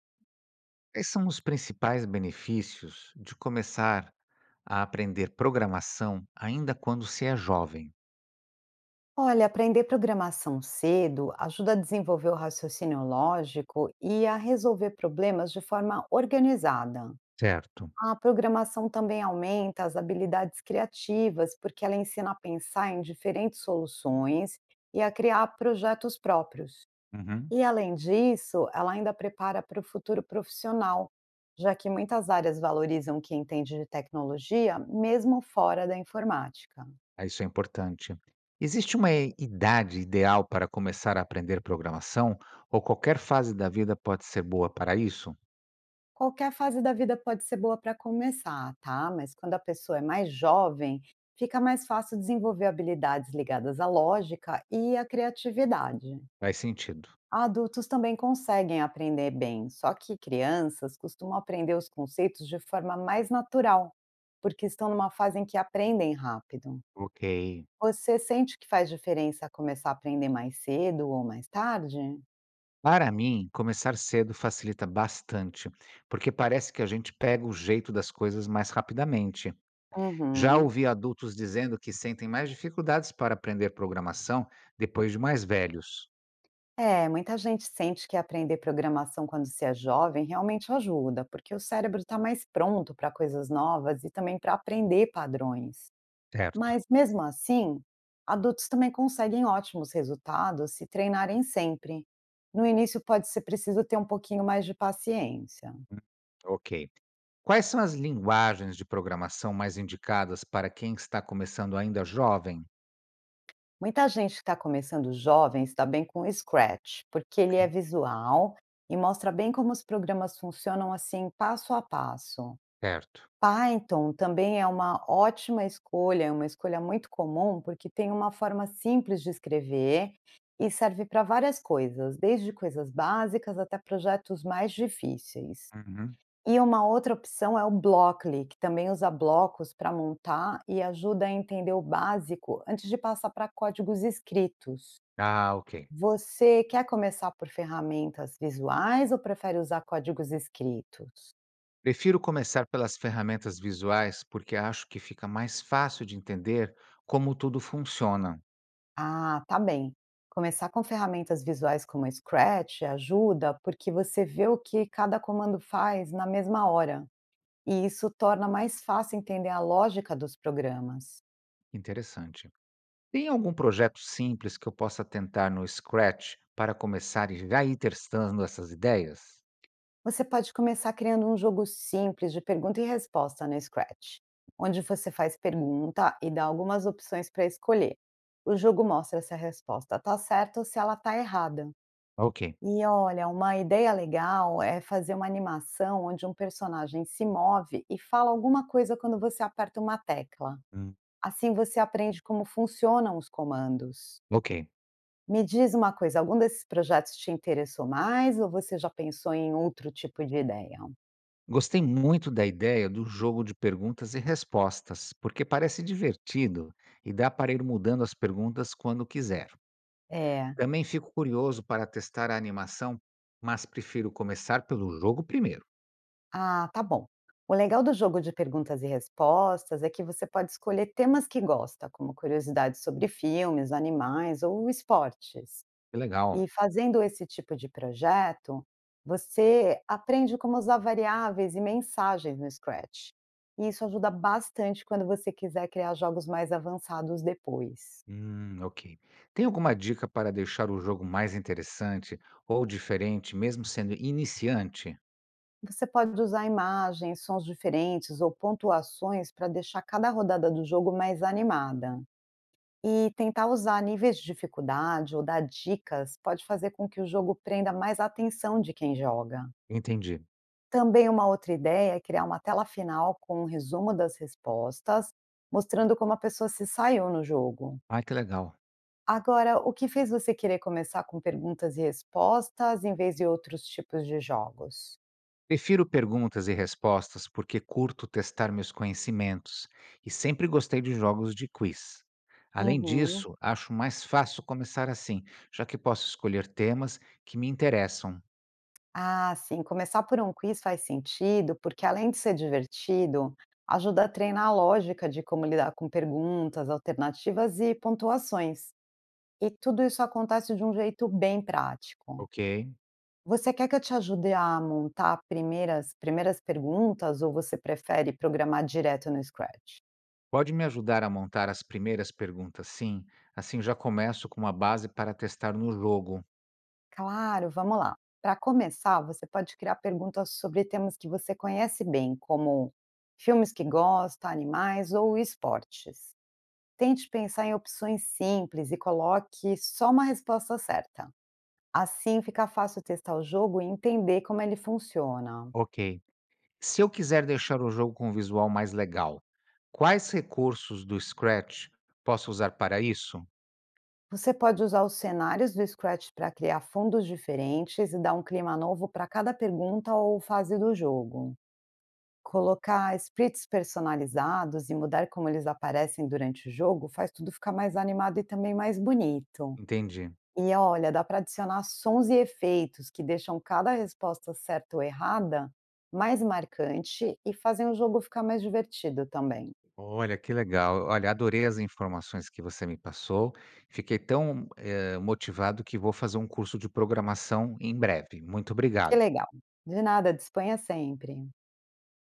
Quais são os principais benefícios de começar a aprender programação ainda quando se é jovem? Olha, aprender programação cedo ajuda a desenvolver o raciocínio lógico e a resolver problemas de forma organizada. Certo. A programação também aumenta as habilidades criativas, porque ela ensina a pensar em diferentes soluções e a criar projetos próprios. Uhum. E além disso, ela ainda prepara para o futuro profissional, já que muitas áreas valorizam quem entende de tecnologia, mesmo fora da informática. Ah, isso é importante. Existe uma idade ideal para começar a aprender programação ou qualquer fase da vida pode ser boa para isso? Qualquer fase da vida pode ser boa para começar, tá? Mas quando a pessoa é mais jovem, fica mais fácil desenvolver habilidades ligadas à lógica e à criatividade. Faz sentido. Adultos também conseguem aprender bem, só que crianças costumam aprender os conceitos de forma mais natural, porque estão numa fase em que aprendem rápido. Ok. Você sente que faz diferença começar a aprender mais cedo ou mais tarde? Para mim, começar cedo facilita bastante, porque parece que a gente pega o jeito das coisas mais rapidamente. Já Uhum. ouvi adultos dizendo que sentem mais dificuldades para aprender programação depois de mais velhos. É, muita gente sente que aprender programação quando se é jovem realmente ajuda, porque o cérebro está mais pronto para coisas novas e também para aprender padrões. Certo. Mas mesmo assim, adultos também conseguem ótimos resultados se treinarem sempre. No início pode ser preciso ter um pouquinho mais de paciência. Ok. Quais são as linguagens de programação mais indicadas para quem está começando ainda jovem? Muita gente que está começando jovem está bem com o Scratch, porque ele Ok. é visual e mostra bem como os programas funcionam assim passo a passo. Certo. Python também é uma ótima escolha, é uma escolha muito comum, porque tem uma forma simples de escrever e serve para várias coisas, desde coisas básicas até projetos mais difíceis. Uhum. E uma outra opção é o Blockly, que também usa blocos para montar e ajuda a entender o básico antes de passar para códigos escritos. Ah, ok. Você quer começar por ferramentas visuais ou prefere usar códigos escritos? Prefiro começar pelas ferramentas visuais porque acho que fica mais fácil de entender como tudo funciona. Ah, tá bem. Começar com ferramentas visuais como o Scratch ajuda porque você vê o que cada comando faz na mesma hora, e isso torna mais fácil entender a lógica dos programas. Interessante. Tem algum projeto simples que eu possa tentar no Scratch para começar e já ir testando essas ideias? Você pode começar criando um jogo simples de pergunta e resposta no Scratch, onde você faz pergunta e dá algumas opções para escolher. O jogo mostra se a resposta está certa ou se ela está errada. Ok. E olha, uma ideia legal é fazer uma animação onde um personagem se move e fala alguma coisa quando você aperta uma tecla. Hum. Assim você aprende como funcionam os comandos. Ok. Me diz uma coisa, algum desses projetos te interessou mais ou você já pensou em outro tipo de ideia? Gostei muito da ideia do jogo de perguntas e respostas, porque parece divertido e dá para ir mudando as perguntas quando quiser. É. Também fico curioso para testar a animação, mas prefiro começar pelo jogo primeiro. Ah, tá bom. O legal do jogo de perguntas e respostas é que você pode escolher temas que gosta, como curiosidades sobre filmes, animais ou esportes. Que E legal. fazendo esse tipo de projeto, você aprende como usar variáveis e mensagens no Scratch. E isso ajuda bastante quando você quiser criar jogos mais avançados depois. Ok. Tem alguma dica para deixar o jogo mais interessante ou diferente, mesmo sendo iniciante? Você pode usar imagens, sons diferentes ou pontuações para deixar cada rodada do jogo mais animada. E tentar usar níveis de dificuldade ou dar dicas pode fazer com que o jogo prenda mais a atenção de quem joga. Entendi. Também uma outra ideia é criar uma tela final com um resumo das respostas, mostrando como a pessoa se saiu no jogo. Ah, que legal. Agora, o que fez você querer começar com perguntas e respostas em vez de outros tipos de jogos? Prefiro perguntas e respostas porque curto testar meus conhecimentos e sempre gostei de jogos de quiz. Além Uhum. disso, acho mais fácil começar assim, já que posso escolher temas que me interessam, Ah, sim, começar por um quiz faz sentido, porque além de ser divertido, ajuda a treinar a lógica de como lidar com perguntas, alternativas e pontuações. E tudo isso acontece de um jeito bem prático. ok? Você quer que eu te ajude a montar primeiras perguntas ou você prefere programar direto no Scratch? Pode me ajudar a montar as primeiras perguntas, sim? Assim já começo com uma base para testar no jogo, Claro, vamos lá. Para começar, você pode criar perguntas sobre temas que você conhece bem, como filmes que gosta, animais ou esportes. Tente pensar em opções simples e coloque só uma resposta certa. Assim fica fácil testar o jogo e entender como ele funciona. ok? Se eu quiser deixar o jogo com um visual mais legal, quais recursos do Scratch posso usar para isso? Você pode usar os cenários do Scratch para criar fundos diferentes e dar um clima novo para cada pergunta ou fase do jogo. Colocar splits personalizados e mudar como eles aparecem durante o jogo faz tudo ficar mais animado e também mais bonito. Entendi. E olha, dá para adicionar sons e efeitos que deixam cada resposta certa ou errada mais marcante e fazem o jogo ficar mais divertido também. Olha, que legal. Olha, adorei as informações que você me passou. Fiquei tão, motivado que vou fazer um curso de programação em breve. Muito Que obrigado. legal. De nada, disponha sempre.